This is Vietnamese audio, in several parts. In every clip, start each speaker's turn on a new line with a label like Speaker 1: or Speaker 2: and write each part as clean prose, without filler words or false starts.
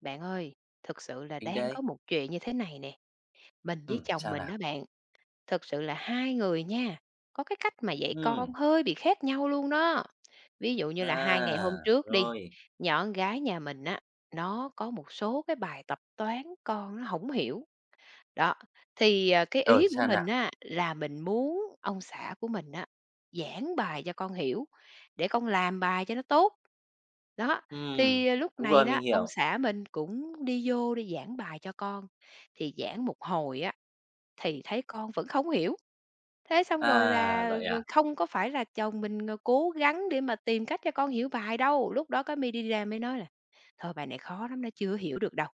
Speaker 1: Bạn ơi, thực sự là
Speaker 2: Mình
Speaker 1: đang có
Speaker 2: đây.
Speaker 1: một chuyện như thế này nè, mình với chồng
Speaker 2: Sao
Speaker 1: mình
Speaker 2: nào?
Speaker 1: đó bạn, thực sự là hai người nha, có cái cách mà dạy con
Speaker 2: Ừm,
Speaker 1: hơi bị khác nhau luôn đó. Ví dụ như là hai ngày
Speaker 2: à,
Speaker 1: hôm trước đi,
Speaker 2: rồi,
Speaker 1: nhỏ con gái nhà mình á, nó có một số cái bài tập toán con nó không hiểu, đó, thì, cái
Speaker 2: rồi
Speaker 1: ý của
Speaker 2: sao nào?
Speaker 1: mình á là mình muốn ông xã của mình á giảng bài cho con hiểu, để con làm bài cho nó tốt. Đó,
Speaker 2: Ừm,
Speaker 1: thì, lúc
Speaker 2: đúng
Speaker 1: này
Speaker 2: rồi,
Speaker 1: đó,
Speaker 2: mình
Speaker 1: ông
Speaker 2: hiểu.
Speaker 1: xã mình cũng đi vô để giảng bài cho con, thì giảng một hồi á, thì thấy con vẫn không hiểu. Thế xong rồi
Speaker 2: À,
Speaker 1: là,
Speaker 2: vậy à?
Speaker 1: không có phải là chồng mình, cố gắng để mà tìm cách cho con hiểu bài đâu, lúc đó cái mi đi ra mới nói là "Thôi bài này khó lắm, nó chưa hiểu được đâu."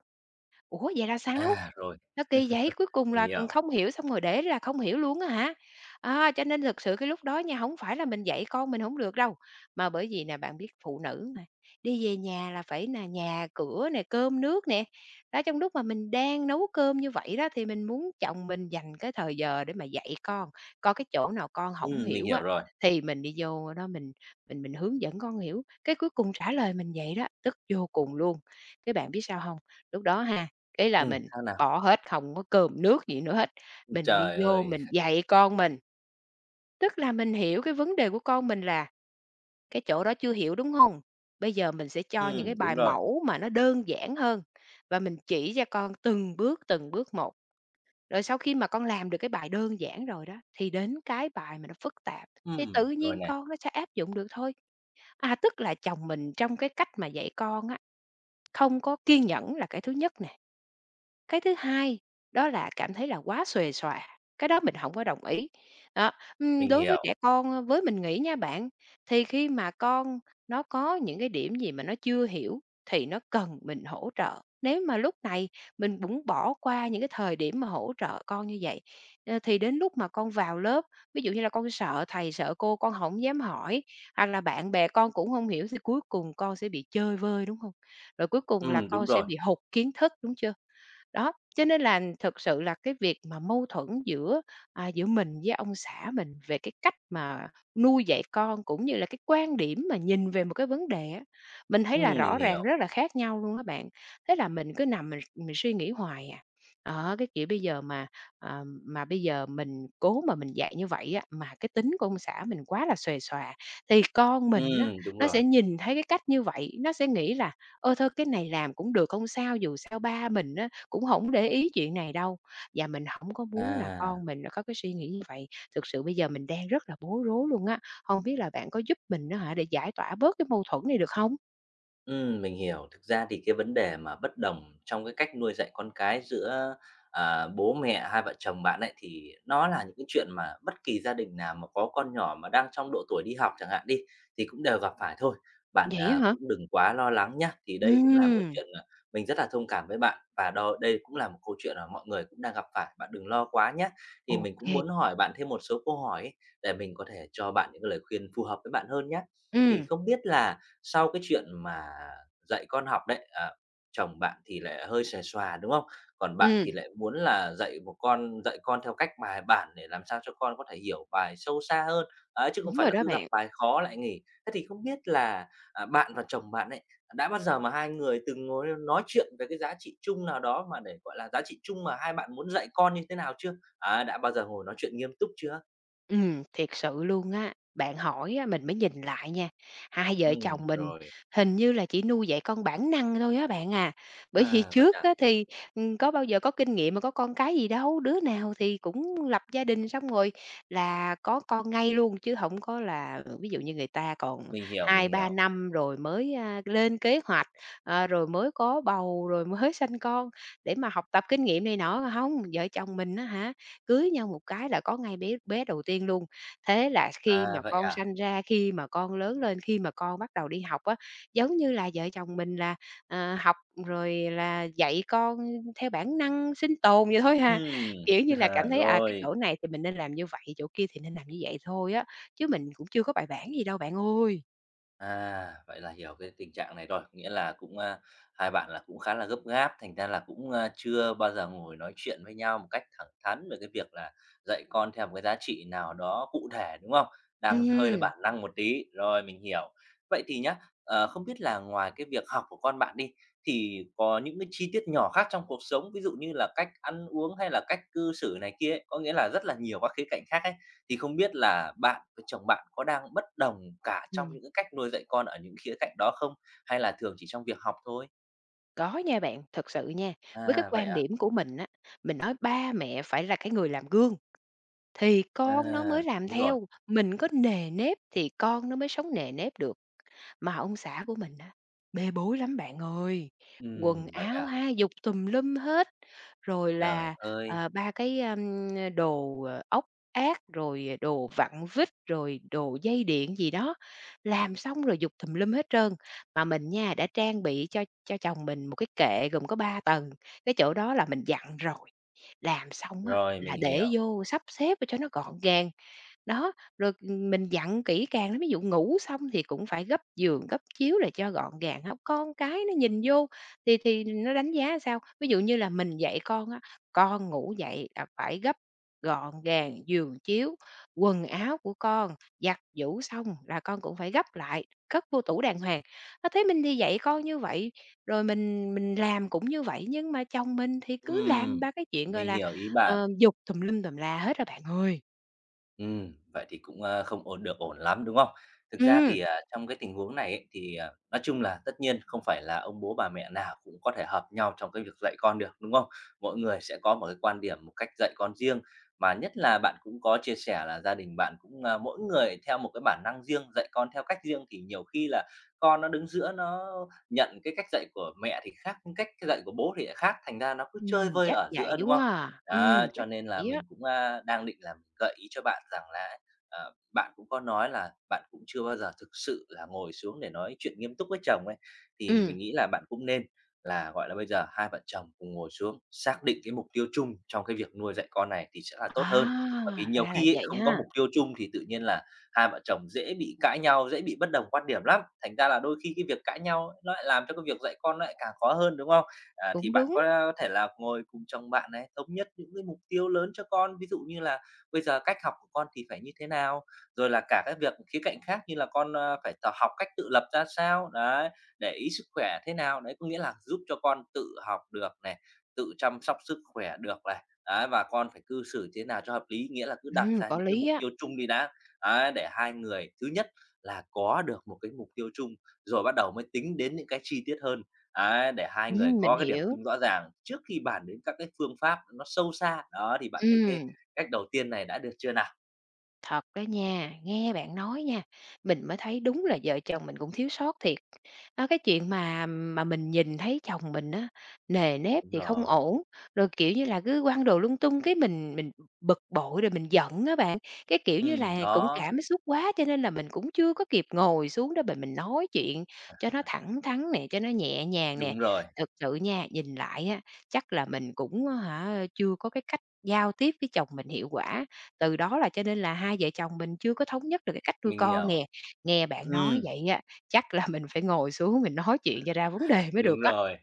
Speaker 1: Ủa, vậy là sao?
Speaker 2: À, rồi,
Speaker 1: Nó kỳ vậy? Cuối cùng
Speaker 2: mình
Speaker 1: là,
Speaker 2: hiểu.
Speaker 1: không hiểu xong rồi để là không hiểu luôn á hả? À, cho nên thực sự cái lúc đó nha, không phải là mình dạy con mình không được đâu, mà bởi vì nè, bạn biết phụ nữ mà, đi về nhà là phải nà nhà cửa nè, cơm nước nè. Đó, trong lúc mà mình đang nấu cơm như vậy đó, thì mình muốn chồng mình dành cái thời giờ để mà dạy con, coi cái chỗ nào con không
Speaker 2: Mình
Speaker 1: hiểu
Speaker 2: hiểu
Speaker 1: á,
Speaker 2: rồi.
Speaker 1: thì mình đi vô đó mình hướng dẫn con hiểu. Cái cuối cùng trả lời mình vậy đó, tức vô cùng luôn. Cái bạn biết sao không? Lúc đó ha, ý là mình
Speaker 2: Sao
Speaker 1: bỏ
Speaker 2: nào?
Speaker 1: hết, không có cơm nước gì nữa hết, mình đi
Speaker 2: Trời
Speaker 1: vô
Speaker 2: ơi!
Speaker 1: mình dạy con mình, tức là mình hiểu cái vấn đề của con mình là cái chỗ đó chưa hiểu, đúng không? Bây giờ mình sẽ cho những cái bài
Speaker 2: Đúng rồi.
Speaker 1: mẫu mà nó đơn giản hơn và mình chỉ cho con từng bước một. Rồi sau khi mà con làm được cái bài đơn giản rồi đó, thì đến cái bài mà nó phức tạp, thì tự
Speaker 2: Rồi
Speaker 1: nhiên
Speaker 2: này,
Speaker 1: con nó sẽ áp dụng được thôi. À, tức là chồng mình trong cái cách mà dạy con á, không có kiên nhẫn là cái thứ nhất nè, cái thứ hai đó là cảm thấy là quá xuề xòa, cái đó mình không có đồng ý. Đó,
Speaker 2: mình
Speaker 1: đối với
Speaker 2: hiểu.
Speaker 1: trẻ con, với mình nghĩ nha bạn, thì khi mà con nó có những cái điểm gì mà nó chưa hiểu thì nó cần mình hỗ trợ. Nếu mà lúc này mình cũng bỏ qua những cái thời điểm mà hỗ trợ con như vậy, thì đến lúc mà con vào lớp, ví dụ như là con sợ thầy, sợ cô, con không dám hỏi, hoặc là bạn bè con cũng không hiểu thì cuối cùng con sẽ bị chơi vơi, đúng không? Rồi cuối cùng là
Speaker 2: Đúng
Speaker 1: con sẽ
Speaker 2: rồi.
Speaker 1: bị hụt kiến thức, đúng chưa? Đó, cho nên là thực sự là cái việc mà mâu thuẫn giữa, giữa mình với ông xã mình về cái cách mà nuôi dạy con, cũng như là cái quan điểm mà nhìn về một cái vấn đề á, mình thấy là rõ
Speaker 2: Mình
Speaker 1: ràng
Speaker 2: hiểu.
Speaker 1: rất là khác nhau luôn các bạn. Thế là mình cứ nằm mình suy nghĩ hoài à. Đó, cái kiểu bây giờ mà bây giờ mình cố mà mình dạy như vậy á, mà cái tính của ông xã mình quá là xuề xòa, thì con mình á,
Speaker 2: Đúng
Speaker 1: nó
Speaker 2: rồi.
Speaker 1: sẽ nhìn thấy cái cách như vậy, nó sẽ nghĩ là "Ơ, thôi cái này làm cũng được, không sao, dù sao ba mình á, cũng không để ý chuyện này đâu," và mình không có muốn là
Speaker 2: À.
Speaker 1: con mình nó có cái suy nghĩ như vậy. Thực sự bây giờ mình đang rất là bối rối luôn á, không biết là bạn có giúp mình á hả, để giải tỏa bớt cái mâu thuẫn này được không?
Speaker 2: Mình hiểu. Thực ra thì cái vấn đề mà bất đồng trong cái cách nuôi dạy con cái giữa, bố mẹ hai vợ chồng bạn ấy, thì nó là những cái chuyện mà bất kỳ gia đình nào mà có con nhỏ mà đang trong độ tuổi đi học chẳng hạn đi, thì cũng đều gặp phải thôi. Bạn,
Speaker 1: Vậy á hả?
Speaker 2: cũng đừng quá lo lắng nhá. Thì đây cũng là một cái
Speaker 1: Ừm.
Speaker 2: chuyện, mình rất là thông cảm với bạn và đo đây cũng là một câu chuyện mà mọi người cũng đang gặp phải, bạn đừng lo quá nhá. Thì
Speaker 1: Ô.
Speaker 2: mình cũng muốn hỏi bạn thêm một số câu hỏi ấy, để mình có thể cho bạn những cái lời khuyên phù hợp với bạn hơn nhá. Thì
Speaker 1: Ừm.
Speaker 2: không biết là sau cái chuyện mà dạy con học đấy, chồng bạn thì lại hơi xuề xòa, đúng không? Còn bạn
Speaker 1: Ừm,
Speaker 2: thì lại muốn là dạy con theo cách bài bản để làm sao cho con có thể hiểu bài sâu xa hơn, ấy, chứ không
Speaker 1: đúng
Speaker 2: phải
Speaker 1: rồi
Speaker 2: là
Speaker 1: đó
Speaker 2: cứ gặp
Speaker 1: bạn.
Speaker 2: bài khó lại nghỉ. Thế thì không biết là, bạn và chồng bạn ấy, đã bao giờ mà hai người từng ngồi nói chuyện về cái giá trị chung nào đó mà để, gọi là, giá trị chung mà hai bạn muốn dạy con như thế nào chưa? Á, đã bao giờ ngồi nói chuyện nghiêm túc chưa?
Speaker 1: Thiệt sự luôn á, bạn hỏi á mình mới nhìn lại nha, hai vợ chồng mình
Speaker 2: Rồi.
Speaker 1: hình như là chỉ nuôi dạy con bản năng thôi á bạn à. Bởi vì
Speaker 2: À, vậy
Speaker 1: trước
Speaker 2: à?
Speaker 1: á thì, có bao giờ có kinh nghiệm mà có con cái gì đâu, đứa nào thì cũng lập gia đình xong rồi là có con ngay luôn, chứ không có là ví dụ như người ta còn
Speaker 2: Mình hiểu, mình
Speaker 1: 2 3
Speaker 2: hiểu.
Speaker 1: năm rồi mới, lên kế hoạch, rồi mới có bầu, rồi mới sanh con để mà học tập kinh nghiệm này nọ, không vợ chồng mình á hả? Cưới nhau một cái là có ngay bé bé đầu tiên luôn. Thế là khi mà
Speaker 2: À, vậy
Speaker 1: con
Speaker 2: à?
Speaker 1: sanh ra, khi mà con lớn lên, khi mà con bắt đầu đi học á, giống như là vợ chồng mình là, học rồi là dạy con theo bản năng sinh tồn vậy thôi ha.
Speaker 2: Ừm,
Speaker 1: Kiểu như là, cảm thấy, cái
Speaker 2: rồi,
Speaker 1: chỗ này thì mình nên làm như vậy, chỗ kia thì nên làm như vậy thôi á, chứ mình cũng chưa có bài bản gì đâu bạn ơi.
Speaker 2: vậy là hiểu cái tình trạng này rồi, nghĩa là cũng, hai bạn là cũng khá là gấp gáp, thành ra là cũng, chưa bao giờ ngồi nói chuyện với nhau một cách thẳng thắn về cái việc là dạy con theo một cái giá trị nào đó cụ thể, đúng không? Đang hơi là
Speaker 1: Ừm,
Speaker 2: bản năng một tí, rồi mình hiểu. Vậy thì nhá, không biết là ngoài cái việc học của con bạn đi, thì có những cái chi tiết nhỏ khác trong cuộc sống, ví dụ như là cách ăn uống hay là cách cư xử này kia ấy, có nghĩa là rất là nhiều các khía cạnh khác ấy. Thì không biết là bạn với chồng bạn có đang bất đồng cả trong
Speaker 1: ừm,
Speaker 2: những cái cách nuôi dạy con ở những khía cạnh đó không? Hay là thường chỉ trong việc học thôi?
Speaker 1: có nha bạn, thật sự nha, với cái
Speaker 2: À, vậy
Speaker 1: quan
Speaker 2: à?
Speaker 1: điểm của mình á, mình nói ba mẹ phải là cái người làm gương. Thì con nó mới
Speaker 2: À,
Speaker 1: làm
Speaker 2: đúng rồi.
Speaker 1: theo, mình có nề nếp thì con nó mới sống nề nếp được. Mà ông xã của mình á, bê bối lắm bạn ơi, quần
Speaker 2: Vậy
Speaker 1: áo
Speaker 2: à?
Speaker 1: ha, dục tùm lum hết, rồi
Speaker 2: Trời
Speaker 1: là,
Speaker 2: ơi!
Speaker 1: 3 cái, đồ, ốc ác, rồi, đồ vặn vít, rồi đồ dây điện gì đó, làm xong rồi giục tùm lum hết trơn. Mà mình nha, đã trang bị cho chồng mình một cái kệ gồm có 3 tầng, cái chỗ đó là mình dặn rồi, làm xong á
Speaker 2: Rồi,
Speaker 1: là
Speaker 2: mình
Speaker 1: để
Speaker 2: hiểu.
Speaker 1: vô sắp xếp để cho nó gọn gàng. Đó, rồi, mình dặn kỹ càng lắm, ví dụ ngủ xong thì cũng phải gấp giường, gấp chiếu để cho gọn gàng ha. Con cái nó nhìn vô thì nó đánh giá sao? Ví dụ như là mình dạy con á, con ngủ dậy là phải gấp gọn gàng giường chiếu, quần áo của con giặt giũ xong là con cũng phải gấp lại, cất vô tủ đàng hoàng. Nó thấy mình thì dạy con như vậy, rồi mình làm cũng như vậy, nhưng mà chồng mình thì cứ làm
Speaker 2: Ừm,
Speaker 1: ba cái chuyện, gọi
Speaker 2: mình
Speaker 1: là,
Speaker 2: hiểu ý bạn.
Speaker 1: giục tùm lum tùm la hết rồi bạn ơi.
Speaker 2: Vậy thì cũng, không ổn được ổn lắm, đúng không? Thực
Speaker 1: Ừ.
Speaker 2: ra thì, trong cái tình huống này ấy, thì, nói chung là tất nhiên không phải là ông bố bà mẹ nào cũng có thể hợp nhau trong cái việc dạy con được, đúng không? Mỗi người sẽ có một cái quan điểm, một cách dạy con riêng, mà nhất là bạn cũng có chia sẻ là gia đình bạn cũng, mỗi người theo một cái bản năng riêng, dạy con theo cách riêng thì nhiều khi là con nó đứng giữa nó nhận cái cách dạy của mẹ thì khác, cái cách dạy của bố thì lại khác, thành ra nó cứ chơi vơi
Speaker 1: Chắc
Speaker 2: ở
Speaker 1: vậy
Speaker 2: giữa, đúng
Speaker 1: quá
Speaker 2: không?
Speaker 1: à.
Speaker 2: Đó,
Speaker 1: Chắc
Speaker 2: cho nên là
Speaker 1: vậy á.
Speaker 2: mình cũng, đang định là mình gợi ý cho bạn rằng là ấy, bạn cũng có nói là bạn cũng chưa bao giờ thực sự là ngồi xuống để nói chuyện nghiêm túc với chồng ấy, thì
Speaker 1: Ừm.
Speaker 2: mình nghĩ là bạn cũng nên là, gọi là, bây giờ hai vợ chồng cùng ngồi xuống, xác định cái mục tiêu chung trong cái việc nuôi dạy con này thì sẽ là tốt hơn. Bởi vì
Speaker 1: À,
Speaker 2: nhiều
Speaker 1: ra là
Speaker 2: khi ấy,
Speaker 1: vậy
Speaker 2: không có
Speaker 1: ha.
Speaker 2: mục tiêu chung thì tự nhiên là hai vợ chồng dễ bị cãi nhau, dễ bị bất đồng quan điểm lắm, thành ra là đôi khi cái việc cãi nhau ấy, nó lại làm cho cái việc dạy con nó lại càng khó hơn, đúng không? À, thì
Speaker 1: Cũng
Speaker 2: bạn
Speaker 1: đúng.
Speaker 2: có thể là ngồi cùng chồng bạn này, thống nhất những cái mục tiêu lớn cho con, ví dụ như là bây giờ cách học của con thì phải như thế nào, rồi là cả các việc khía cạnh khác như là con, phải tập học cách tự lập ra sao, đấy, để ý sức khỏe thế nào. Đấy, có nghĩa là giúp cho con tự học được này, tự chăm sóc sức khỏe được này, đấy, và con phải cư xử thế nào cho hợp lý, nghĩa là cứ đặt ra
Speaker 1: Có
Speaker 2: những cái
Speaker 1: lý
Speaker 2: mục
Speaker 1: á.
Speaker 2: tiêu chung đi đã. Đấy, để hai người thứ nhất là có được một cái mục tiêu chung, rồi bắt đầu mới tính đến những cái chi tiết hơn. Ấy, để hai người
Speaker 1: Mình
Speaker 2: có cái điểm
Speaker 1: hiểu.
Speaker 2: chung rõ ràng trước khi bàn đến các cái phương pháp nó sâu xa. Đó, thì bạn thấy cái
Speaker 1: Ừm.
Speaker 2: cách đầu tiên này đã được chưa nào?
Speaker 1: Thật đó nha, nghe bạn nói nha, mình mới thấy đúng là vợ chồng mình cũng thiếu sót thiệt. Đó, cái chuyện mà mình nhìn thấy chồng mình á, nề nếp
Speaker 2: Đúng
Speaker 1: thì không
Speaker 2: rồi.
Speaker 1: ổn, rồi, kiểu như là, cứ quăng đồ lung tung cái mình bực bội rồi mình giận á bạn. Cái, kiểu như là, cũng
Speaker 2: Đó,
Speaker 1: cảm xúc quá cho nên là mình cũng chưa có kịp ngồi xuống để mình nói chuyện cho nó thẳng thắn nè, cho nó nhẹ nhàng nè.
Speaker 2: đúng rồi,
Speaker 1: Thực sự nha, nhìn lại á, chắc là mình cũng hả, chưa có cái cách giao tiếp với chồng mình hiệu quả, từ đó là cho nên là hai vợ chồng mình chưa có thống nhất được cái cách nuôi
Speaker 2: mình
Speaker 1: con
Speaker 2: hiểu.
Speaker 1: nè. Nghe bạn nói
Speaker 2: Ừm.
Speaker 1: vậy á, chắc là mình phải ngồi xuống mình nói chuyện cho ra vấn đề mới
Speaker 2: Đúng
Speaker 1: được á.
Speaker 2: rồi.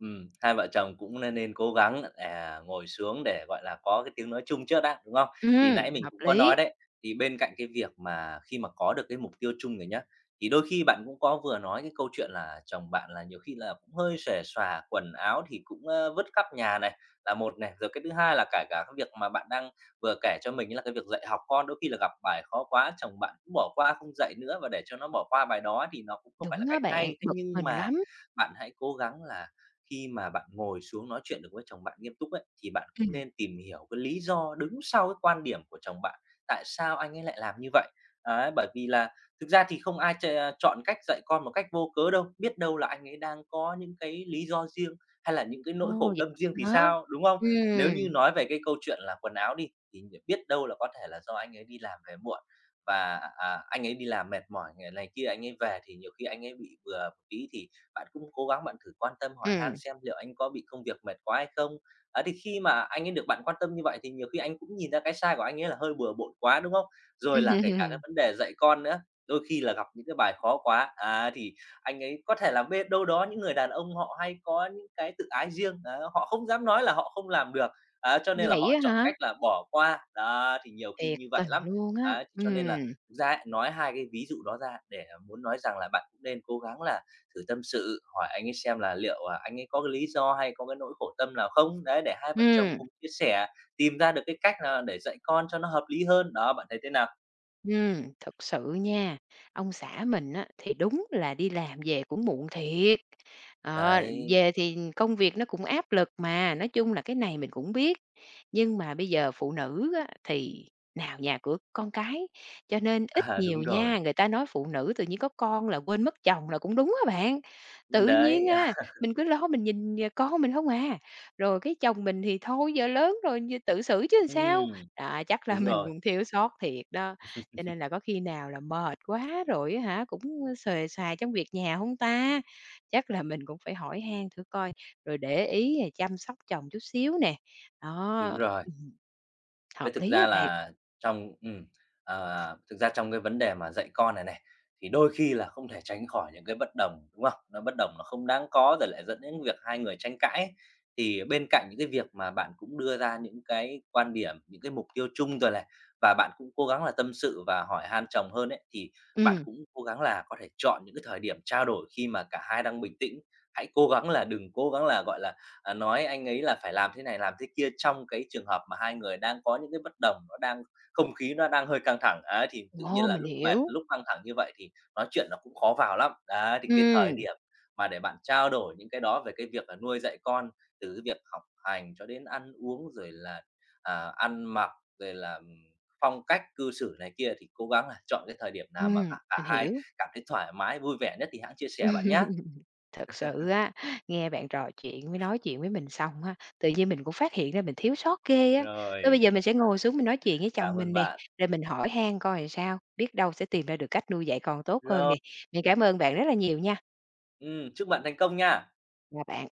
Speaker 2: Hai vợ chồng cũng nên nên cố gắng, ngồi xuống để, gọi là, có cái tiếng nói chung trước đã, đúng không? Thì nãy mình
Speaker 1: Hợp
Speaker 2: cũng có
Speaker 1: lý.
Speaker 2: nói đấy, thì bên cạnh cái việc mà khi mà có được cái mục tiêu chung rồi nhá, thì đôi khi bạn cũng có vừa nói cái câu chuyện là chồng bạn là nhiều khi là cũng hơi xuề xòa, quần áo thì cũng, vứt khắp nhà này, là một này. Rồi cái thứ hai là cả cả cái việc mà bạn đang vừa kể cho mình ấy là cái việc dạy học con, đôi khi là gặp bài khó quá, chồng bạn cũng bỏ qua không dạy nữa và để cho nó bỏ qua bài đó thì nó cũng không phải
Speaker 1: Đúng
Speaker 2: là
Speaker 1: đó
Speaker 2: cách hay.
Speaker 1: bạn,
Speaker 2: Thế
Speaker 1: bực
Speaker 2: nhưng
Speaker 1: mình
Speaker 2: mà
Speaker 1: lắm.
Speaker 2: bạn hãy cố gắng là khi mà bạn ngồi xuống nói chuyện được với chồng bạn nghiêm túc ấy, thì bạn cũng
Speaker 1: Ừm,
Speaker 2: nên tìm hiểu cái lý do đứng sau cái quan điểm của chồng bạn, tại sao anh ấy lại làm như vậy. Đấy, bởi vì là thực ra thì không ai chọn cách dạy con một cách vô cớ đâu, biết đâu là anh ấy đang có những cái lý do riêng, hay là những cái nỗi
Speaker 1: ồ,
Speaker 2: khổ
Speaker 1: vậy
Speaker 2: tâm riêng thì
Speaker 1: hả?
Speaker 2: sao, đúng không? Nếu
Speaker 1: Ừm,
Speaker 2: như nói về cái câu chuyện là quần áo đi, thì biết đâu là có thể là do anh ấy đi làm về muộn và, anh ấy đi làm mệt mỏi, ngày này kia anh ấy về thì nhiều khi anh ấy bị vừa một tí thì bạn cũng cố gắng bạn thử quan tâm hỏi han
Speaker 1: ừm.
Speaker 2: xem liệu anh có bị công việc mệt quá hay không. Ấy, thì khi mà anh ấy được bạn quan tâm như vậy thì nhiều khi anh cũng nhìn ra cái sai của anh ấy là hơi bừa bộn quá, đúng không? Rồi là kể cả cái vấn đề dạy con nữa, đôi khi là gặp những cái bài khó quá, thì anh ấy có thể là bê đâu đó những người đàn ông họ hay có những cái tự ái riêng, á, họ không dám nói là họ không làm được, á, cho nên là
Speaker 1: Vậy
Speaker 2: họ
Speaker 1: á
Speaker 2: chọn
Speaker 1: hả?
Speaker 2: cách là bỏ qua. Đó, thì nhiều khi
Speaker 1: Thiệt
Speaker 2: như vậy
Speaker 1: tình
Speaker 2: lắm.
Speaker 1: luôn á.
Speaker 2: Ấy, cho nên là thực ra ấy, nói hai cái ví dụ đó ra để muốn nói rằng là bạn cũng nên cố gắng là thử tâm sự, hỏi anh ấy xem là liệu, anh ấy có cái lý do hay có cái nỗi khổ tâm nào không? Đấy, để hai vợ chồng
Speaker 1: Ừm.
Speaker 2: cùng chia sẻ, tìm ra được cái cách nào để dạy con cho nó hợp lý hơn. Đó, bạn thấy thế nào?
Speaker 1: Thực sự nha, ông xã mình á, thì đúng là đi làm về cũng muộn thiệt. Ờ,
Speaker 2: Đấy,
Speaker 1: về thì công việc nó cũng áp lực mà, nói chung là cái này mình cũng biết. Nhưng mà bây giờ phụ nữ á, thì nào nhà cửa con cái, cho nên ít
Speaker 2: à,
Speaker 1: nhiều
Speaker 2: đúng rồi,
Speaker 1: nha, người ta nói phụ nữ tự nhiên có con là quên mất chồng là cũng đúng á bạn. Tự
Speaker 2: đấy,
Speaker 1: nhiên á, mình cứ lo mình nhìn nhà con mình không à, rồi cái chồng mình thì thôi giờ lớn rồi, tự xử chứ làm sao.
Speaker 2: ừm,
Speaker 1: Đó, chắc là
Speaker 2: đúng
Speaker 1: mình
Speaker 2: rồi,
Speaker 1: cũng thiếu sót thiệt đó. Cho nên là có khi nào là mệt quá rồi á hả, cũng xuề xoà trong việc nhà hông ta? Chắc là mình cũng phải hỏi han thử coi, rồi để ý rồi chăm sóc chồng chút xíu nè.
Speaker 2: đúng
Speaker 1: Đó,
Speaker 2: rồi.
Speaker 1: ừm, hợp
Speaker 2: Với thực
Speaker 1: lý á
Speaker 2: ra
Speaker 1: bạn.
Speaker 2: là trong thực ra trong cái vấn đề mà dạy con này này, thì đôi khi là không thể tránh khỏi những cái bất đồng, đúng không? Nó bất đồng nó không đáng có rồi lại dẫn đến việc hai người tranh cãi ấy. Thì bên cạnh những cái việc mà bạn cũng đưa ra những cái quan điểm, những cái mục tiêu chung rồi này, và bạn cũng cố gắng là tâm sự và hỏi han chồng hơn ấy, thì bạn
Speaker 1: Ừm.
Speaker 2: cũng cố gắng là có thể chọn những cái thời điểm trao đổi khi mà cả hai đang bình tĩnh. Hãy cố gắng là đừng cố gắng là, gọi là nói anh ấy là phải làm thế này làm thế kia trong cái trường hợp mà hai người đang có những cái bất đồng, nó đang không khí nó đang hơi căng thẳng, ấy, thì tự nhiên
Speaker 1: Ô,
Speaker 2: là
Speaker 1: mình
Speaker 2: lúc mệt,
Speaker 1: hiểu.
Speaker 2: lúc căng thẳng như vậy thì nói chuyện nó cũng khó vào lắm. Đấy, thì cái thời
Speaker 1: Ừm,
Speaker 2: điểm mà để bạn trao đổi những cái đó về cái việc là nuôi dạy con, từ cái việc học hành cho đến ăn uống, rồi là, ăn mặc, rồi là, phong cách cư xử này kia thì cố gắng là chọn cái thời điểm nào mà cả cả
Speaker 1: mình
Speaker 2: hai
Speaker 1: hiểu.
Speaker 2: cảm thấy thoải mái, vui vẻ nhất thì hẵng chia sẻ bạn nhé.
Speaker 1: Thực sự á, nghe bạn trò chuyện với nói chuyện với mình xong á, tự nhiên mình cũng phát hiện ra mình thiếu sót ghê á. Thôi bây
Speaker 2: Rồi,
Speaker 1: giờ mình sẽ ngồi xuống mình nói chuyện với
Speaker 2: cảm
Speaker 1: chồng mình
Speaker 2: ơn
Speaker 1: nè,
Speaker 2: bạn.
Speaker 1: rồi mình hỏi han coi làm sao, biết đâu sẽ tìm ra được cách nuôi dạy con tốt hơn nè. Mình cảm ơn bạn rất là nhiều nha.
Speaker 2: Ừ, chúc bạn thành công nha.
Speaker 1: Chào bạn.